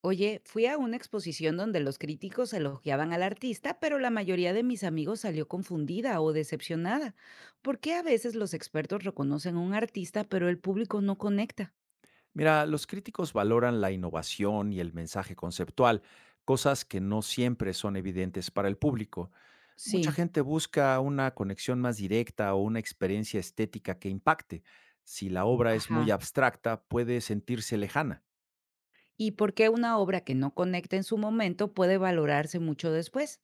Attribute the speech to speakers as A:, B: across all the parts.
A: Oye, fui a una exposición donde los críticos elogiaban al artista, pero la mayoría de mis amigos salió confundida o decepcionada. ¿Por qué a veces los expertos reconocen a un artista, pero el público no conecta?
B: Mira, los críticos valoran la innovación y el mensaje conceptual, cosas que no siempre son evidentes para el público. Mucha
A: Sí,
B: gente busca una conexión más directa o una experiencia estética que impacte. Si la obra es
A: ajá.
B: muy abstracta, puede sentirse lejana.
A: ¿Y por qué una obra que no conecta en su momento puede valorarse mucho después?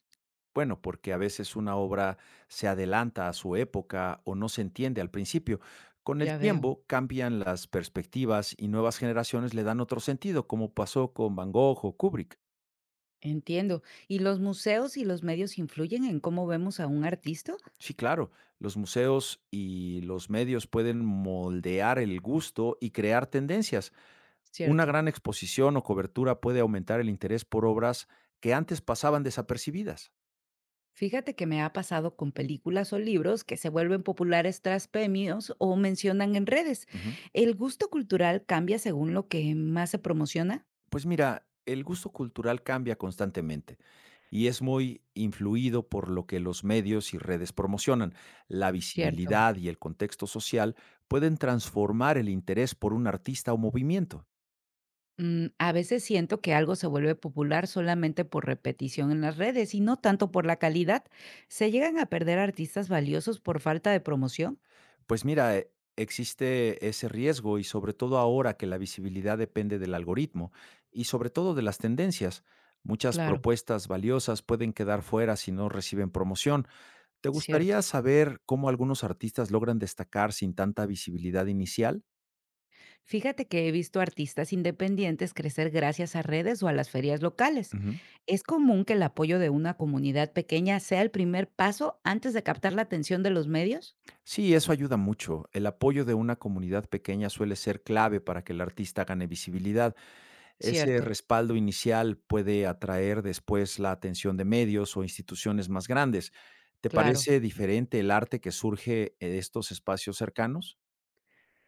B: Bueno, porque a veces una obra se adelanta a su época o no se entiende al principio. Con el
A: Ya veo.
B: tiempo cambian las perspectivas y nuevas generaciones le dan otro sentido, como pasó con Van Gogh o Kubrick.
A: Entiendo. ¿Y los museos y los medios influyen en cómo vemos a un artista?
B: Sí, claro. Los museos y los medios pueden moldear el gusto y crear tendencias. Una
A: Cierto.
B: gran exposición o cobertura puede aumentar el interés por obras que antes pasaban desapercibidas.
A: Fíjate que me ha pasado con películas o libros que se vuelven populares tras premios o mencionan en redes.
B: Ujú.
A: ¿El gusto cultural cambia según lo que más se promociona?
B: Pues mira, el gusto cultural cambia constantemente y es muy influido por lo que los medios y redes promocionan. La
A: Cierto.
B: visibilidad y el contexto social pueden transformar el interés por un artista o movimiento.
A: A veces siento que algo se vuelve popular solamente por repetición en las redes y no tanto por la calidad. ¿Se llegan a perder artistas valiosos por falta de promoción?
B: Pues mira, existe ese riesgo y sobre todo ahora que la visibilidad depende del algoritmo y sobre todo de las tendencias. Muchas
A: Claro,
B: propuestas valiosas pueden quedar fuera si no reciben promoción. ¿Te
A: cierto.
B: gustaría saber cómo algunos artistas logran destacar sin tanta visibilidad inicial?
A: Fíjate que he visto artistas independientes crecer gracias a redes o a las ferias locales.
B: Ujú.
A: Es común que el apoyo de una comunidad pequeña sea el primer paso antes de captar la atención de los medios.
B: Sí, eso ayuda mucho. El apoyo de una comunidad pequeña suele ser clave para que el artista gane visibilidad. Ese
A: Cierto,
B: respaldo inicial puede atraer después la atención de medios o instituciones más grandes. ¿Te
A: claro.
B: parece diferente el arte que surge de estos espacios cercanos?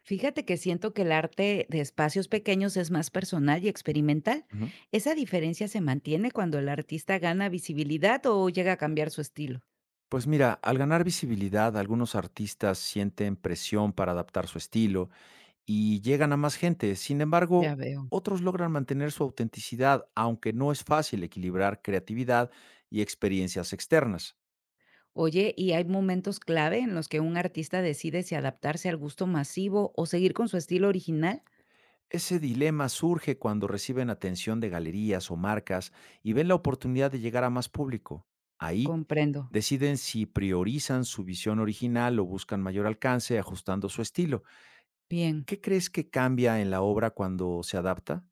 A: Fíjate que siento que el arte de espacios pequeños es más personal y experimental.
B: Ujú.
A: Esa diferencia se mantiene cuando el artista gana visibilidad o llega a cambiar su estilo.
B: Pues mira, al ganar visibilidad, algunos artistas sienten presión para adaptar su estilo y llegan a más gente. Sin embargo,
A: Ya veo.
B: otros logran mantener su autenticidad, aunque no es fácil equilibrar creatividad y experiencias externas.
A: Oye, ¿y hay momentos clave en los que un artista decide si adaptarse al gusto masivo o seguir con su estilo original?
B: Ese dilema surge cuando reciben atención de galerías o marcas y ven la oportunidad de llegar a más público. Ahí
A: Comprendo.
B: deciden si priorizan su visión original o buscan mayor alcance ajustando su estilo.
A: Bien.
B: ¿Qué crees que cambia en la obra cuando se adapta?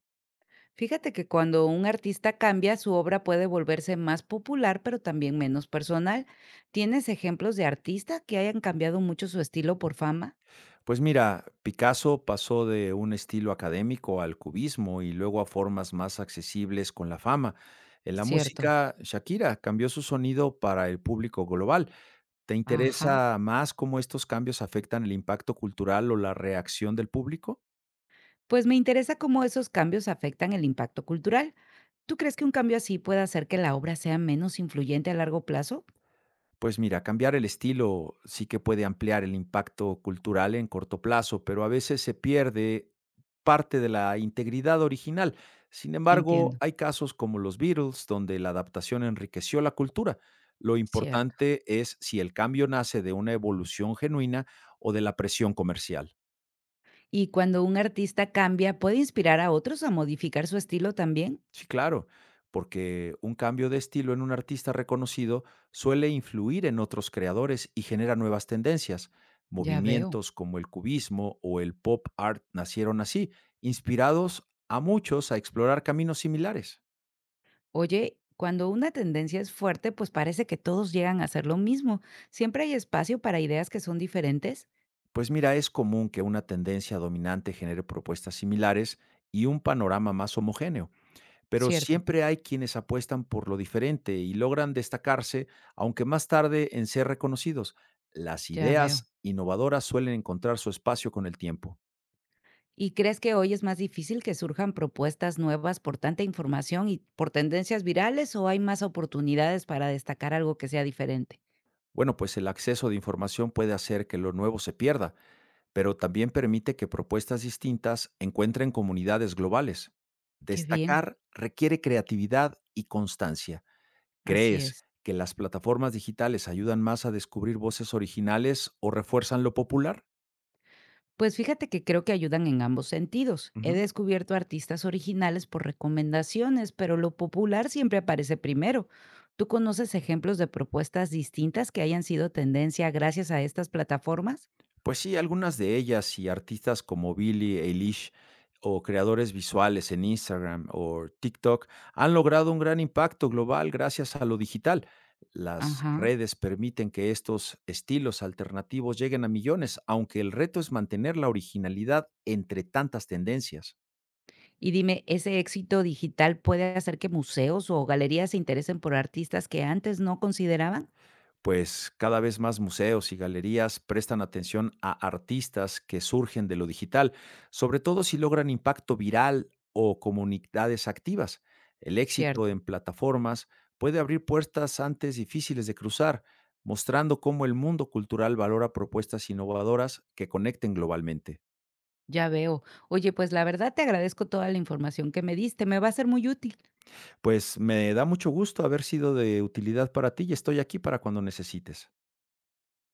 A: Fíjate que cuando un artista cambia, su obra puede volverse más popular, pero también menos personal. ¿Tienes ejemplos de artistas que hayan cambiado mucho su estilo por fama?
B: Pues mira, Picasso pasó de un estilo académico al cubismo y luego a formas más accesibles con la fama. En la
A: Cierto.
B: música, Shakira cambió su sonido para el público global. ¿Te
A: Ajá.
B: interesa más cómo estos cambios afectan el impacto cultural o la reacción del público?
A: Pues me interesa cómo esos cambios afectan el impacto cultural. ¿Tú crees que un cambio así puede hacer que la obra sea menos influyente a largo plazo?
B: Pues mira, cambiar el estilo sí que puede ampliar el impacto cultural en corto plazo, pero a veces se pierde parte de la integridad original. Sin embargo,
A: Entiendo.
B: hay casos como los Beatles, donde la adaptación enriqueció la cultura. Lo
A: Cierto.
B: importante es si el cambio nace de una evolución genuina o de la presión comercial.
A: ¿Y cuando un artista cambia, puede inspirar a otros a modificar su estilo también?
B: Sí, claro, porque un cambio de estilo en un artista reconocido suele influir en otros creadores y genera nuevas tendencias.
A: Ya veo.
B: Movimientos como el cubismo o el pop art nacieron así, inspirados a muchos a explorar caminos similares.
A: Oye, cuando una tendencia es fuerte, pues parece que todos llegan a hacer lo mismo. Siempre hay espacio para ideas que son diferentes.
B: Pues mira, es común que una tendencia dominante genere propuestas similares y un panorama más homogéneo. Pero
A: Cierto,
B: siempre hay quienes apuestan por lo diferente y logran destacarse, aunque más tarde en ser reconocidos. Las
A: ya veo.
B: ideas innovadoras suelen encontrar su espacio con el tiempo.
A: ¿Y crees que hoy es más difícil que surjan propuestas nuevas por tanta información y por tendencias virales o hay más oportunidades para destacar algo que sea diferente?
B: Bueno, pues el acceso de información puede hacer que lo nuevo se pierda, pero también permite que propuestas distintas encuentren comunidades globales.
A: Qué bien,
B: Destacar requiere creatividad y constancia.
A: así
B: ¿Crees
A: es.
B: que las plataformas digitales ayudan más a descubrir voces originales o refuerzan lo popular?
A: Pues fíjate que creo que ayudan en ambos sentidos. He
B: Ujú.
A: descubierto artistas originales por recomendaciones, pero lo popular siempre aparece primero. ¿Tú conoces ejemplos de propuestas distintas que hayan sido tendencia gracias a estas plataformas?
B: Pues sí, algunas de ellas y artistas como Billie Eilish o creadores visuales en Instagram o TikTok han logrado un gran impacto global gracias a lo digital. Las
A: Ajá.
B: redes permiten que estos estilos alternativos lleguen a millones, aunque el reto es mantener la originalidad entre tantas tendencias.
A: Y dime, ¿ese éxito digital puede hacer que museos o galerías se interesen por artistas que antes no consideraban?
B: Pues cada vez más museos y galerías prestan atención a artistas que surgen de lo digital, sobre todo si logran impacto viral o comunidades activas. El éxito
A: Cierto,
B: en plataformas puede abrir puertas antes difíciles de cruzar, mostrando cómo el mundo cultural valora propuestas innovadoras que conecten globalmente.
A: ya veo. Oye, pues la verdad te agradezco toda la información que me diste, me va a ser muy útil.
B: Pues me da mucho gusto haber sido de utilidad para ti y estoy aquí para cuando necesites.